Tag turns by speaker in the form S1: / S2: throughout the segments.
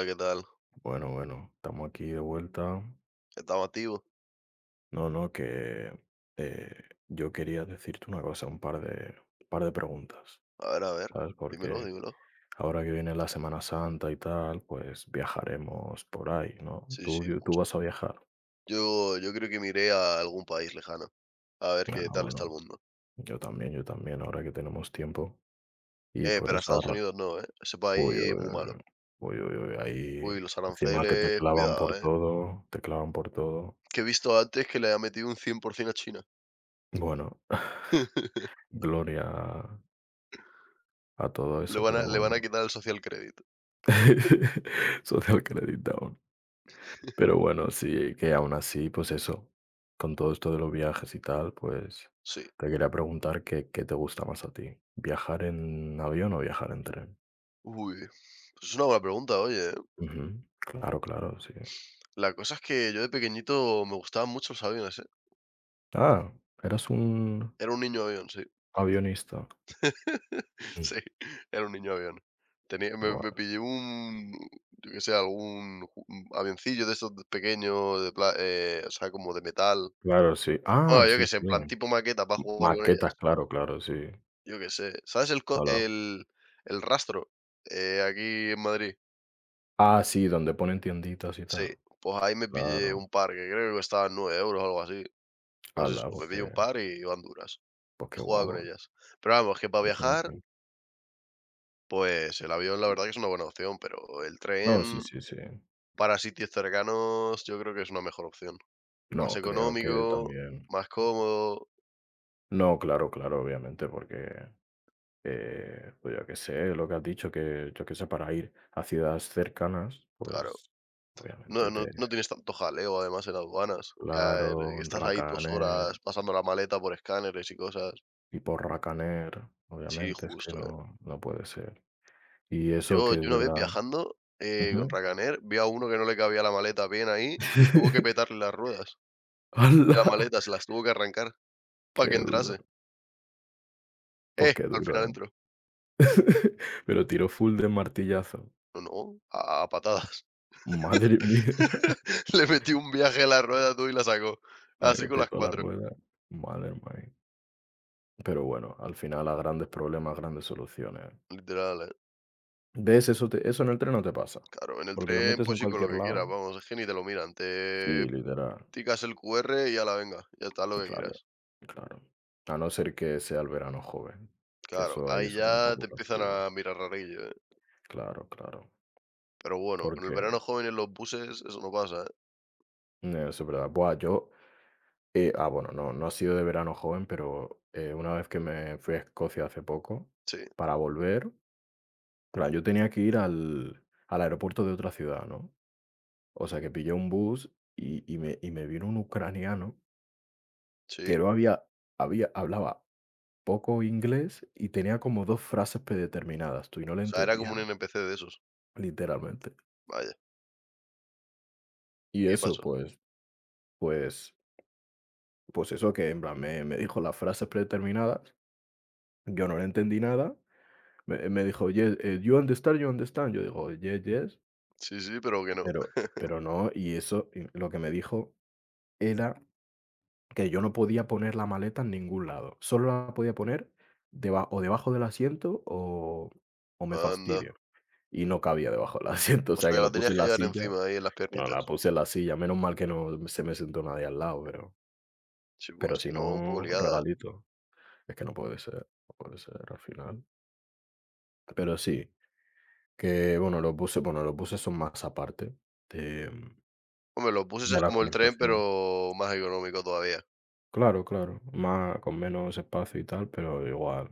S1: Hola, ¿qué tal?
S2: Bueno, bueno, estamos aquí de vuelta.
S1: ¿Estamos activos?
S2: No, no, que eh, yo quería decirte una cosa, un par de preguntas,
S1: A ver,
S2: ¿sabes?
S1: dímelo,
S2: Porque
S1: dímelo.
S2: ahora que viene la Semana Santa y tal, pues viajaremos por ahí, ¿no?
S1: Sí,
S2: ¿Tú,
S1: sí,
S2: tú
S1: mucho.
S2: vas a viajar?
S1: Yo creo que me iré a algún país lejano, a ver
S2: Ah,
S1: qué tal está el
S2: bueno,
S1: mundo.
S2: yo también, ahora que tenemos tiempo. Y por
S1: Pero a
S2: esa
S1: Estados Unidos no, ¿eh? Ese país
S2: uy,
S1: es muy malo.
S2: uy,
S1: Uy,
S2: ahí
S1: los
S2: encima que te
S1: aranceles,
S2: clavan
S1: cuidado,
S2: por
S1: ¿eh?
S2: todo, te clavan por todo.
S1: Que he visto antes que le ha metido un 100% a China.
S2: Bueno, gloria a todo
S1: Le
S2: eso,
S1: van a,
S2: pero
S1: le
S2: bueno.
S1: van a quitar el social credit.
S2: Social Credit Down. Pero bueno, sí, que aún así, pues eso, con todo esto de los viajes y tal, pues
S1: Sí.
S2: te quería preguntar qué te gusta más a ti, viajar en avión o viajar en tren.
S1: Uy, pues es una buena pregunta, oye. ¿Eh?
S2: Ujú, claro, claro, sí.
S1: La cosa es que yo de pequeñito me gustaban mucho los aviones, ¿eh?
S2: Ah, eras un
S1: Era un niño avión, sí.
S2: avionista. Mm,
S1: Sí, era un niño avión. Tenía me me
S2: bueno,
S1: pillé un, yo qué sé, algún ju un avioncillo de esos pequeños de pla o sea, como de metal.
S2: claro, sí. Ah,
S1: Bueno, yo
S2: sí,
S1: que sé,
S2: sí.
S1: en plan tipo maqueta para jugar con ellas.
S2: Maquetas, claro, claro, sí.
S1: Yo que sé. ¿Sabes el co
S2: Hola.
S1: el Rastro? Aquí en Madrid.
S2: Ah, sí, donde ponen tienditas y
S1: Sí,
S2: tal.
S1: pues ahí me pillé
S2: Claro.
S1: un par que creo que costaban 9 euros o algo así. Pues eso,
S2: Hala,
S1: me
S2: porque,
S1: pillé un
S2: pues qué
S1: par y iba a Honduras,
S2: pues
S1: y
S2: qué
S1: jugaba con
S2: guapo.
S1: ellas. Pero vamos, que para
S2: Thank
S1: viajar,
S2: you.
S1: pues el avión la verdad que es una buena opción, pero el
S2: No, sí,
S1: tren
S2: sí, sí.
S1: para sitios cercanos, yo creo que es una mejor opción. Más
S2: No, creo que
S1: económico,
S2: también.
S1: más cómodo,
S2: No, claro, claro, obviamente, porque, pues yo que sé, lo que has dicho, que yo que sé, para ir a ciudades cercanas,
S1: claro.
S2: pues
S1: No
S2: obviamente
S1: no
S2: te.
S1: no tienes tanto jaleo, además, en aduanas. Ya,
S2: Claro,
S1: estás ahí 2 horas
S2: Racaner,
S1: pasando la maleta por escáneres y cosas.
S2: y por Racaner
S1: Sí,
S2: obviamente, es que
S1: justo, eh.
S2: no, no puede ser. Y eso
S1: Yo
S2: que
S1: yo
S2: es
S1: una vez
S2: verdad.
S1: viajando, con
S2: Ujú.
S1: Ryanair, vi a uno que no le cabía la maleta bien ahí y tuvo que petarle las ruedas de
S2: ¡Hala!
S1: la maleta, se las tuvo que arrancar para
S2: Qué
S1: que
S2: duro.
S1: entrase.
S2: Pues qué
S1: Al final
S2: duro, ¿eh?
S1: entró.
S2: Pero tiro full de martillazo.
S1: No, no, a patadas.
S2: Madre mía.
S1: Le metí un viaje a la rueda tú y la sacó,
S2: La
S1: así
S2: que
S1: con las
S2: petó la
S1: 4.
S2: rueda. Madre mía. Pero bueno, al final a grandes problemas, grandes soluciones.
S1: Literal, eh.
S2: ¿Ves? Eso en el tren no te pasa.
S1: Claro, en el
S2: Porque lo
S1: tren
S2: metes en
S1: pues sí con lo
S2: cualquier
S1: que quieras,
S2: lado.
S1: vamos, es que ni te lo miran.
S2: Sí,
S1: Te
S2: literal.
S1: picas el QR y la venga, ya está, lo que
S2: Claro,
S1: quieras.
S2: claro. A no ser que sea el verano joven, que
S1: Claro,
S2: eso ahí
S1: ahí
S2: es un
S1: ya
S2: poco
S1: te empiezan
S2: castigo.
S1: a mirar rarillo, eh.
S2: Claro, claro.
S1: Pero bueno, con el
S2: Porque
S1: verano joven en los buses eso no pasa, eh.
S2: eso es verdad. Buah, yo, bueno, no, no ha sido de verano joven, pero una vez que me fui a Escocia hace poco,
S1: Sí,
S2: para volver. Claro, yo tenía que ir al aeropuerto de otra ciudad, ¿no? O sea, que pillé un bus y me vino un ucraniano
S1: sí.
S2: que no había había hablaba poco inglés y tenía como 2 frases predeterminadas, tú, y no le
S1: O sea, era
S2: entendía
S1: como un
S2: nada,
S1: NPC de esos.
S2: literalmente.
S1: Vaya,
S2: Y
S1: ¿qué
S2: eso,
S1: pasó?
S2: pues pues eso que en plan me dijo las frases predeterminadas, yo no le entendí nada, me dijo: "Yes, you understand, you understand". Yo digo: "Yes, yes",
S1: Sí, sí, pero que no.
S2: pero no, y eso, y lo que me dijo era que yo no podía poner la maleta en ningún lado. Solo la podía poner debajo del asiento o me
S1: Anda.
S2: fastidio. Y no cabía debajo del asiento, o
S1: O
S2: sea,
S1: sea,
S2: que
S1: que
S2: lo
S1: la
S2: puse
S1: tenías
S2: en
S1: que
S2: la
S1: llevar
S2: silla.
S1: encima ahí en las
S2: No, la
S1: piernitas.
S2: puse en la silla, menos mal que no se me sentó nadie al lado,
S1: Sí, porque
S2: pero
S1: si
S2: si
S1: no, un poco
S2: no,
S1: liada, eh.
S2: regalito. Es que no puede ser, no puede ser al final. Pero sí, que bueno, lo puse son más aparte de
S1: Hombre, los buses
S2: de
S1: es
S2: la
S1: como el tren,
S2: conversación.
S1: pero más económico todavía.
S2: Claro, claro, más con menos espacio y tal, pero igual.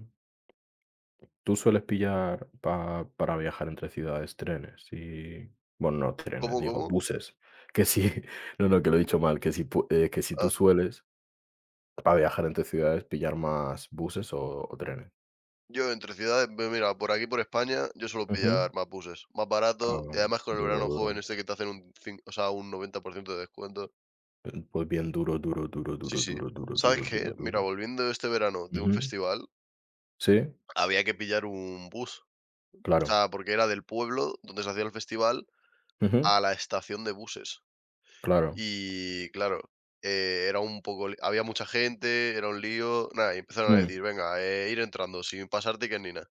S2: ¿Tú sueles pillar pa para viajar entre ciudades trenes y bueno, no trenes,
S1: ¿Cómo,
S2: digo,
S1: cómo?
S2: buses? Que sí, no, no, que lo he dicho mal, que si tú
S1: Ah.
S2: sueles, para viajar entre ciudades, pillar más buses o trenes.
S1: Yo entre ciudades, pues mira, por aquí por España, yo suelo
S2: Ujú.
S1: pillar mapuses. Más barato y
S2: Ah,
S1: además con el
S2: duro,
S1: verano
S2: duro.
S1: joven este que te hacen un cin o sea, un 90% de descuento.
S2: Pues bien duro, duro, duro,
S1: Sí,
S2: duro,
S1: sí.
S2: duro, duro,
S1: ¿Sabes
S2: duro,
S1: qué?
S2: duro,
S1: Mira,
S2: duro.
S1: volviendo este verano de un
S2: Ujú.
S1: festival,
S2: Sí,
S1: había que pillar un bus. O
S2: claro.
S1: sea, porque era del pueblo donde se hacía el festival
S2: Ujú.
S1: a la estación de buses.
S2: Claro.
S1: Y claro, era un poco li había mucha gente, era un lío. Nada, y empezaron a
S2: Mm.
S1: decir: "Venga, ir entrando sin pasar ticket ni nada".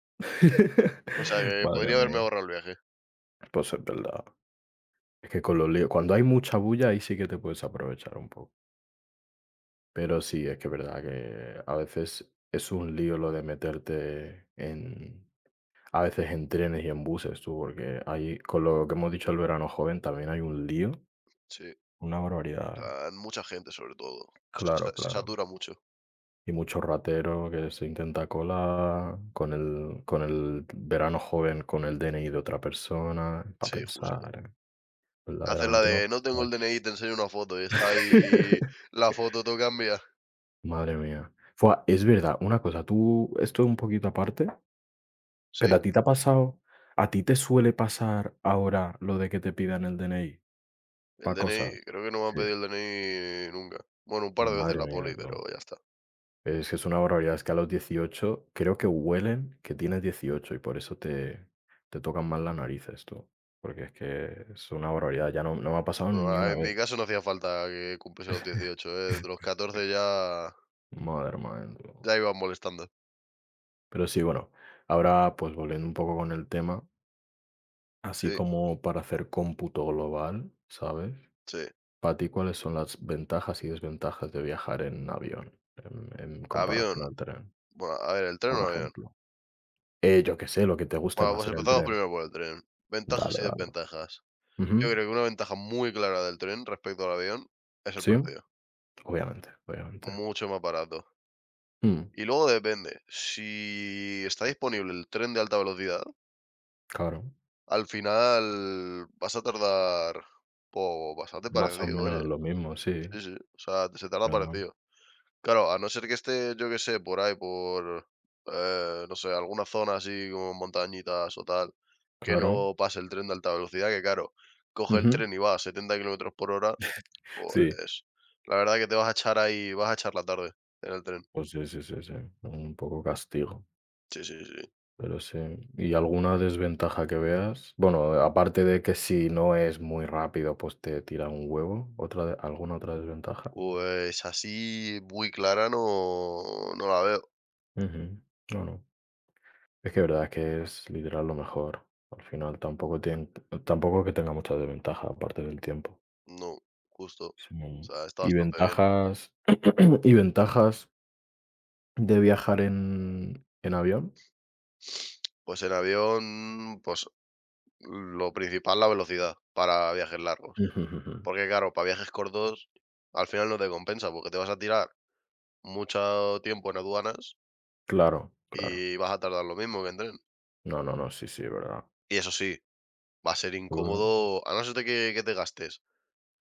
S1: O sea, que
S2: Madre
S1: podría
S2: mía.
S1: haberme ahorrado el viaje.
S2: Pues es verdad. Es que con los líos cuando hay mucha bulla, ahí sí que te puedes aprovechar un poco. Pero sí, es que es verdad que a veces es un lío lo de meterte en, a veces en trenes y en buses, tú, porque ahí, con lo que hemos dicho el verano joven, también hay un lío,
S1: Sí.
S2: una barbaridad.
S1: Plan, mucha gente sobre todo. Se sa
S2: Claro,
S1: se
S2: claro.
S1: satura mucho.
S2: Y mucho ratero que se intenta colar con con el verano joven, con el DNI de otra persona, para
S1: Sí, justo.
S2: pensar,
S1: Hacen la
S2: verdaderamente no.
S1: de: "No tengo el DNI, te enseño una foto", y está ahí la foto todo cambia.
S2: Madre mía. Fua, es verdad, una cosa, tú, esto es un poquito aparte.
S1: Sí,
S2: Pero a ti te ha pasado, a ti te suele pasar ahora lo de que te pidan el DNI
S1: el
S2: para cosas.
S1: DNI, creo que no me han
S2: Sí,
S1: pedido el DNI nunca. Bueno, un par de veces
S2: madre
S1: la
S2: mía,
S1: poli,
S2: tú.
S1: pero ya está.
S2: Es que es una barbaridad. Es que a los 18 creo que huelen que tienes 18 y por eso te, te tocan más las narices, tú. Porque es que es una barbaridad. Ya no, no me ha pasado
S1: Bueno,
S2: ni
S1: a
S2: una
S1: en
S2: vez.
S1: mi caso no hacía falta que cumpliese los 18, ¿eh? Desde los 14 ya
S2: Madre mía, tú.
S1: ya iban molestando.
S2: Pero sí, bueno, ahora pues volviendo un poco con el tema, así
S1: Sí,
S2: como para hacer cómputo global, ¿sabes?
S1: sí.
S2: Para ti, ¿cuáles son las ventajas y desventajas de viajar en avión en comparación
S1: Avión,
S2: al tren,
S1: bueno, a ver, ¿el tren
S2: por
S1: o avión?
S2: ejemplo? Yo qué sé, lo que te guste
S1: Bueno,
S2: más
S1: pues
S2: en el
S1: empezamos
S2: tren.
S1: primero por el tren. Ventajas
S2: Dale,
S1: y
S2: dale.
S1: desventajas.
S2: Ujú.
S1: Yo creo que una ventaja muy clara del tren respecto al avión es el
S2: Sí,
S1: precio,
S2: obviamente, obviamente.
S1: mucho más barato.
S2: Mm,
S1: Y luego depende, si está disponible el tren de alta velocidad,
S2: claro,
S1: al final vas a tardar, po bastante
S2: más o
S1: parecido, oye,
S2: menos lo mismo, sí,
S1: sí, sí, o sea, se tarda
S2: ¿verdad?
S1: parecido. Claro, a no ser que esté, yo qué sé, por ahí, no sé, alguna zona así como montañitas o tal, que
S2: Claro.
S1: no pase el tren de alta velocidad, que claro, coge el
S2: Ujú.
S1: tren y va a 70 kilómetros por hora.
S2: Sí,
S1: Pues, la verdad que te vas a echar ahí vas a echar la tarde en el tren.
S2: sí, un poco castigo,
S1: Sí, sí, sí.
S2: pero sí. ¿Y alguna desventaja que veas? Bueno, aparte de que si no es muy rápido, pues te tira un huevo, ¿otra de alguna otra desventaja?
S1: Pues así muy clara no la veo.
S2: Ujú. No, no. Es que es literal lo mejor. Al final tampoco que tenga muchas desventajas aparte del tiempo.
S1: No, justo. O
S2: Sino...
S1: sea, está
S2: Y
S1: bastante bien.
S2: ventajas y ventajas de viajar en avión.
S1: Pues en avión, pues lo principal, la velocidad para viajes largos.
S2: Ujú, ujú, ujú.
S1: Porque claro, para viajes cortos al final no te compensa, porque te vas a tirar mucho tiempo en aduanas
S2: Claro, claro.
S1: y vas a tardar lo mismo que en tren.
S2: No, no, no, sí, sí, verdad.
S1: Y eso sí, va a ser
S2: Bueno,
S1: incómodo, a no ser de que te gastes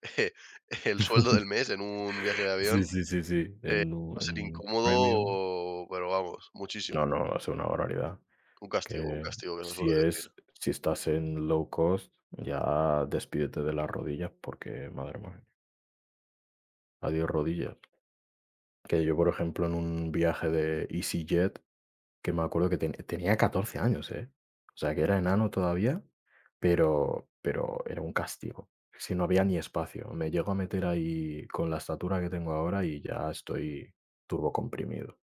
S1: el sueldo del mes en un viaje de avión,
S2: sí, sí, sí, sí.
S1: eh,
S2: En,
S1: va a ser
S2: en premium.
S1: incómodo, pero vamos, muchísimo.
S2: No, no, va una barbaridad.
S1: Un
S2: Que
S1: castigo que se
S2: si
S1: suele decir.
S2: es, si estás en low cost, ya despídete de las rodillas porque, madre mía. Adiós rodillas. Que yo, por ejemplo, en un viaje de EasyJet, que me acuerdo que tenía 14 años, ¿eh? O sea, que era enano todavía, pero era un castigo. Si no había ni espacio. Me llego a meter ahí con la estatura que tengo ahora y ya estoy turbocomprimido.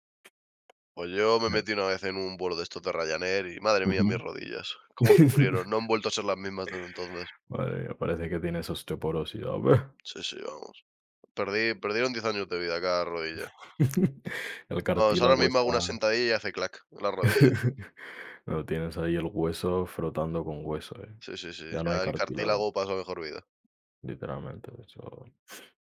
S1: Pues yo me
S2: Ya.
S1: metí una vez en un vuelo de estos de Ryanair y madre mía, mis
S2: Ujú.
S1: rodillas, cómo sufrieron. No han vuelto a ser las mismas desde entonces.
S2: Madre mía, parece que tienes osteoporosis. A ver.
S1: Sí, sí, vamos. Perdí perdieron 10 años de vida cada rodilla.
S2: El
S1: Vamos, ahora
S2: cartílago
S1: mismo hago una
S2: está...
S1: sentadilla y hace clac en la rodilla.
S2: No, tienes ahí el hueso frotando con hueso, ¿eh?
S1: Sí, sí, sí,
S2: Ya no hay
S1: ya el
S2: cartílago.
S1: cartílago pasa a mejor vida.
S2: Literalmente, eso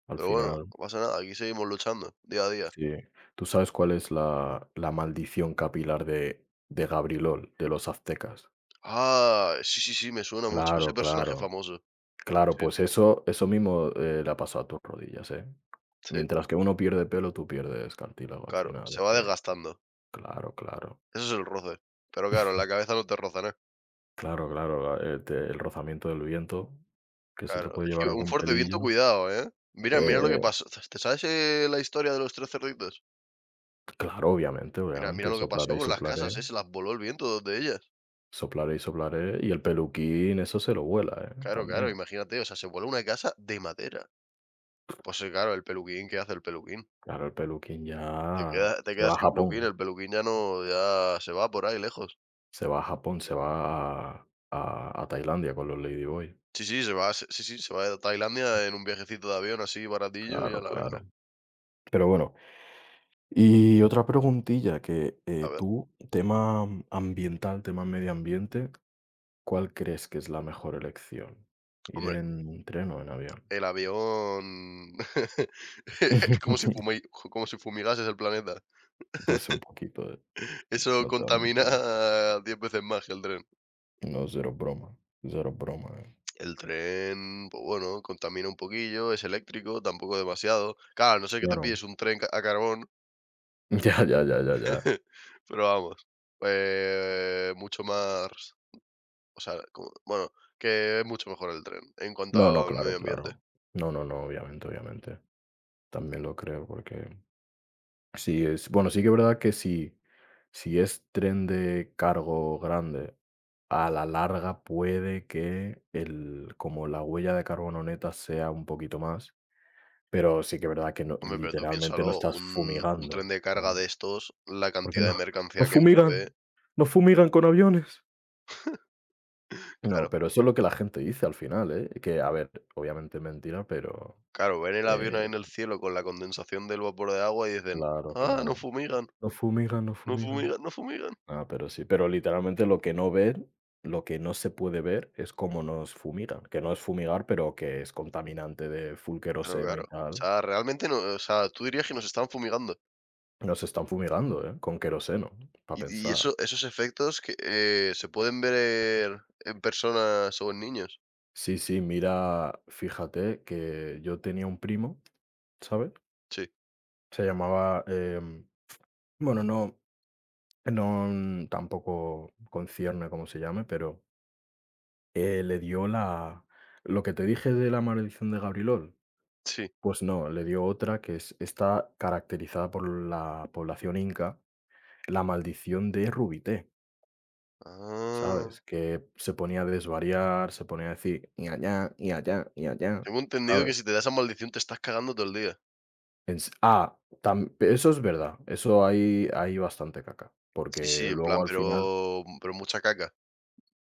S2: al
S1: Pero bueno,
S2: final
S1: no pasa nada, aquí seguimos luchando día a día.
S2: sí. ¿Tú sabes cuál es la maldición capilar de Gabrielol, de los aztecas?
S1: Ah, sí, sí, sí, me suena mucho ese
S2: Claro,
S1: personaje
S2: claro.
S1: famoso. Sí,
S2: Claro,
S1: sí,
S2: eso mismo, le ha pasado a tus rodillas, ¿eh?
S1: sí,
S2: Mientras que uno pierde pelo, tú pierdes cartílago al
S1: claro,
S2: final,
S1: se
S2: es
S1: va
S2: que
S1: desgastando,
S2: claro, claro.
S1: eso es el roce, pero claro, la cabeza no te roza nada,
S2: Claro, claro, ah, te el rozamiento del viento, que se te
S1: claro,
S2: puede
S1: es
S2: llevar
S1: que un
S2: algún
S1: fuerte viento,
S2: pelillo.
S1: cuidado, ¿eh? Mira,
S2: Eh,
S1: mira lo que pasó, ¿te sabes, la historia de los 3 cerditos?
S2: claro, obviamente,
S1: Mira, mira
S2: obviamente,
S1: lo que
S2: soplaré
S1: pasó
S2: y
S1: con las
S2: soplaré.
S1: casas, ¿eh? Se las voló el viento, dos de ellas.
S2: Soplaré y soplaré, y el peluquín eso se lo vuela, ¿eh?
S1: Claro, claro,
S2: También.
S1: imagínate, o sea, se voló una casa de madera. Pues, claro, el peluquín, ¿qué hace el peluquín?
S2: Claro, el peluquín
S1: Te
S2: ya
S1: quedas te
S2: se va
S1: quedas
S2: a
S1: sin peluquín,
S2: Japón,
S1: el peluquín ya no, ya se va por ahí lejos.
S2: se va a Tailandia con los Ladyboy.
S1: Sí, sí, se va, sí, sí, se va a Tailandia en un viajecito de avión así baratillo y ya
S2: Claro,
S1: la venga,
S2: claro. Pero bueno, y otra preguntilla que,
S1: a ver,
S2: tú, tema ambiental, tema medio ambiente, ¿cuál crees que es la mejor elección? ¿Ir
S1: hombre.
S2: en tren o en avión?
S1: El avión como si fumi como si fumigases el planeta.
S2: Pues un poquito,
S1: Eso
S2: no te voy a
S1: contamina
S2: mentir.
S1: 10 veces más que el tren.
S2: No, cero broma, eh.
S1: El tren, pues bueno, contamina un poquillo, es eléctrico, tampoco demasiado. Claro, no sé qué te
S2: Claro.
S1: pides un tren a carbón,
S2: Ya, ya, ya, ya, ya.
S1: pero vamos, mucho más, o sea, como bueno, que es mucho mejor el tren en cuanto
S2: No, no,
S1: al
S2: claro,
S1: medio ambiente.
S2: claro. No, no, no, obviamente, obviamente. También lo creo porque sí es bueno, sí que es verdad que si es tren de cargo grande, a la larga puede que el como la huella de carbono neta sea un poquito más, pero sí que es verdad que no
S1: Hombre, pero tú
S2: literalmente no
S1: piénsalo,
S2: estás
S1: un tren
S2: fumigando
S1: de carga
S2: con
S1: de estos, la
S2: porque
S1: cantidad de
S2: no no
S1: mercancía que mueve,
S2: fumigan, no fumigan con aviones. No,
S1: claro.
S2: pero eso es lo que la gente dice al final, ¿eh? Que, a ver, obviamente es mentira, pero
S1: Claro, ven el avión
S2: Eh,
S1: ahí en el cielo con la condensación del vapor de agua y dicen:
S2: claro,
S1: "Ah, no
S2: claro.
S1: fumigan,
S2: No fumigan, no
S1: no
S2: fumigan.
S1: fumigan, no fumigan".
S2: Ah, pero sí, pero literalmente lo que no se puede ver es cómo nos fumigan, que no es fumigar, pero que es contaminante de full
S1: Claro,
S2: queroseno
S1: claro.
S2: y
S1: O
S2: tal.
S1: sea, realmente no, o sea, tú dirías que nos están fumigando.
S2: Nos están fumigando, ¿eh? Con queroseno, para
S1: Y y
S2: pensar.
S1: esos efectos que, ¿se pueden ver en personas o en niños?
S2: Sí, sí, mira, fíjate que yo tenía un primo, ¿sabes?
S1: Sí,
S2: Se llamaba, bueno, no tampoco concierne cómo se llame, pero le dio la lo que te dije de la maldición de Gabrielol,
S1: sí.
S2: pues no, le dio otra que es está caracterizada por la población inca, la maldición de Rubité,
S1: Ah,
S2: ¿sabes? Que se ponía a desvariar, se ponía a decir: y allá y allá y allá,
S1: tengo entendido
S2: ¿sabes?
S1: que si te da esa maldición te estás cagando todo el día.
S2: Ens ah, tam eso es verdad, eso hay bastante caca,
S1: Sí,
S2: porque
S1: sí, en
S2: luego
S1: plan,
S2: al final
S1: pero mucha caca.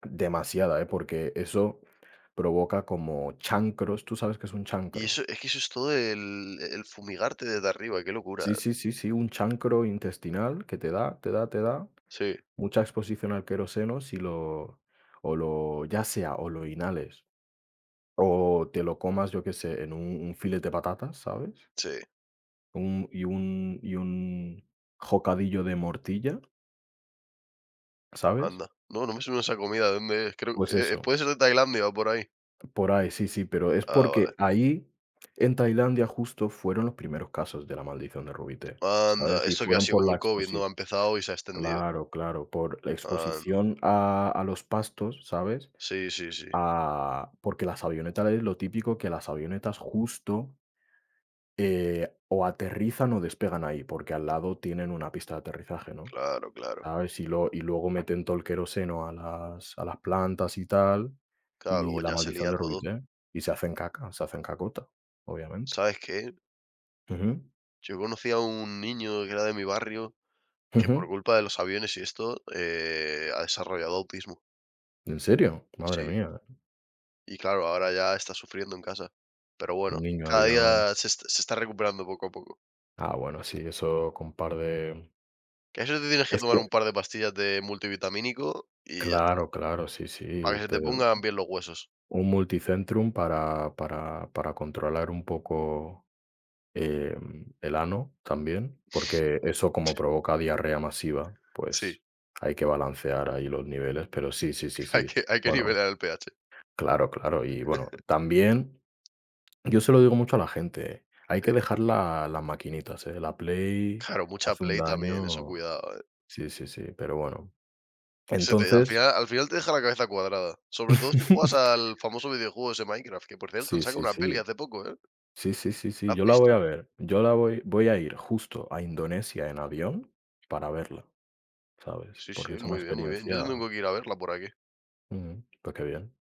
S2: demasiada, ¿eh? Porque eso provoca como chancros, ¿tú sabes que es un
S1: Y
S2: chancro?
S1: eso es que eso es todo el fumigarte desde arriba, qué locura.
S2: Sí, sí, sí, sí, un chancro intestinal que te da, te da
S1: Sí,
S2: mucha exposición al queroseno si lo, o lo, ya sea, o lo inhales, o te lo comas, yo qué sé, en un filete de patatas, ¿sabes?
S1: sí.
S2: Y un jocadillo de mortilla, ¿sabes?
S1: Anda. No, no me suena esa comida, ¿de dónde es? Creo
S2: Pues eso,
S1: ¿puede ser de Tailandia o por ahí?
S2: por ahí, sí, sí, pero es
S1: Ah,
S2: porque
S1: vale.
S2: ahí, en Tailandia, justo fueron los primeros casos de la maldición de Rubite,
S1: Anda,
S2: ¿sabes? Y
S1: esto que ha
S2: fueron
S1: sido
S2: por
S1: como
S2: la
S1: el COVID, ¿no?
S2: exposición.
S1: Ha empezado y se ha extendido.
S2: Claro, claro, por la
S1: Anda.
S2: exposición a los pastos, ¿sabes?
S1: Sí, sí, sí.
S2: A, porque las avionetas es lo típico que las avionetas justo o aterrizan o despegan ahí, porque al lado tienen una pista de aterrizaje, ¿no?
S1: Claro, claro.
S2: ¿Sabes? Y, y luego meten todo el queroseno a a las plantas y tal,
S1: Claro,
S2: y
S1: luego
S2: la
S1: ya se
S2: maldición
S1: lía
S2: de
S1: todo.
S2: Rubiché, y se hacen caca, se hacen cacota, obviamente.
S1: ¿Sabes qué?
S2: Ujú,
S1: Yo conocí a un niño que era de mi barrio, que por
S2: ujú.
S1: culpa de los aviones y esto, ha desarrollado autismo.
S2: ¿En serio? Madre
S1: Sí.
S2: mía,
S1: Y claro, ahora ya está sufriendo en casa. Pero
S2: un
S1: bueno,
S2: niño
S1: cada
S2: avión.
S1: día se está recuperando poco a poco.
S2: Ah, bueno, sí, eso con par de...
S1: Que a eso te tienes que
S2: Es
S1: tomar
S2: que
S1: un par de pastillas de multivitamínico y ya está.
S2: claro, claro, sí,
S1: Para
S2: sí,
S1: que se
S2: te
S1: te pongan bien los huesos.
S2: un multicentrum para para controlar un poco, el ano también, porque eso como provoca diarrea masiva,
S1: Sí,
S2: pues hay que balancear ahí los niveles, pero sí, sí, sí,
S1: hay
S2: sí.
S1: que hay que
S2: Bueno,
S1: nivelar el pH.
S2: claro, claro, y bueno, también yo se lo digo mucho a la gente, ¿eh? Hay que
S1: Sí.
S2: dejar la las maquinitas, ¿eh? La Play
S1: Claro, mucha
S2: hace un
S1: Play también, eso
S2: daño
S1: cuidado, eh.
S2: sí, sí, sí, pero bueno.
S1: Se te
S2: Entonces
S1: al final te deja la cabeza cuadrada, sobre todo si juegas al famoso videojuego ese Minecraft, que por cierto
S2: sí,
S1: han sacado
S2: sí,
S1: una peli
S2: sí.
S1: hace poco, ¿eh?
S2: Sí, sí, sí, sí,
S1: ¿La has
S2: yo la voy
S1: visto?
S2: a ver. Yo la voy a ir justo a Indonesia en avión para verla, ¿sabes?
S1: Sí, sí,
S2: Porque es una
S1: muy bien, muy bien. Yo
S2: experiencia
S1: tengo que ir a verla por aquí.
S2: ujú, pues qué bien.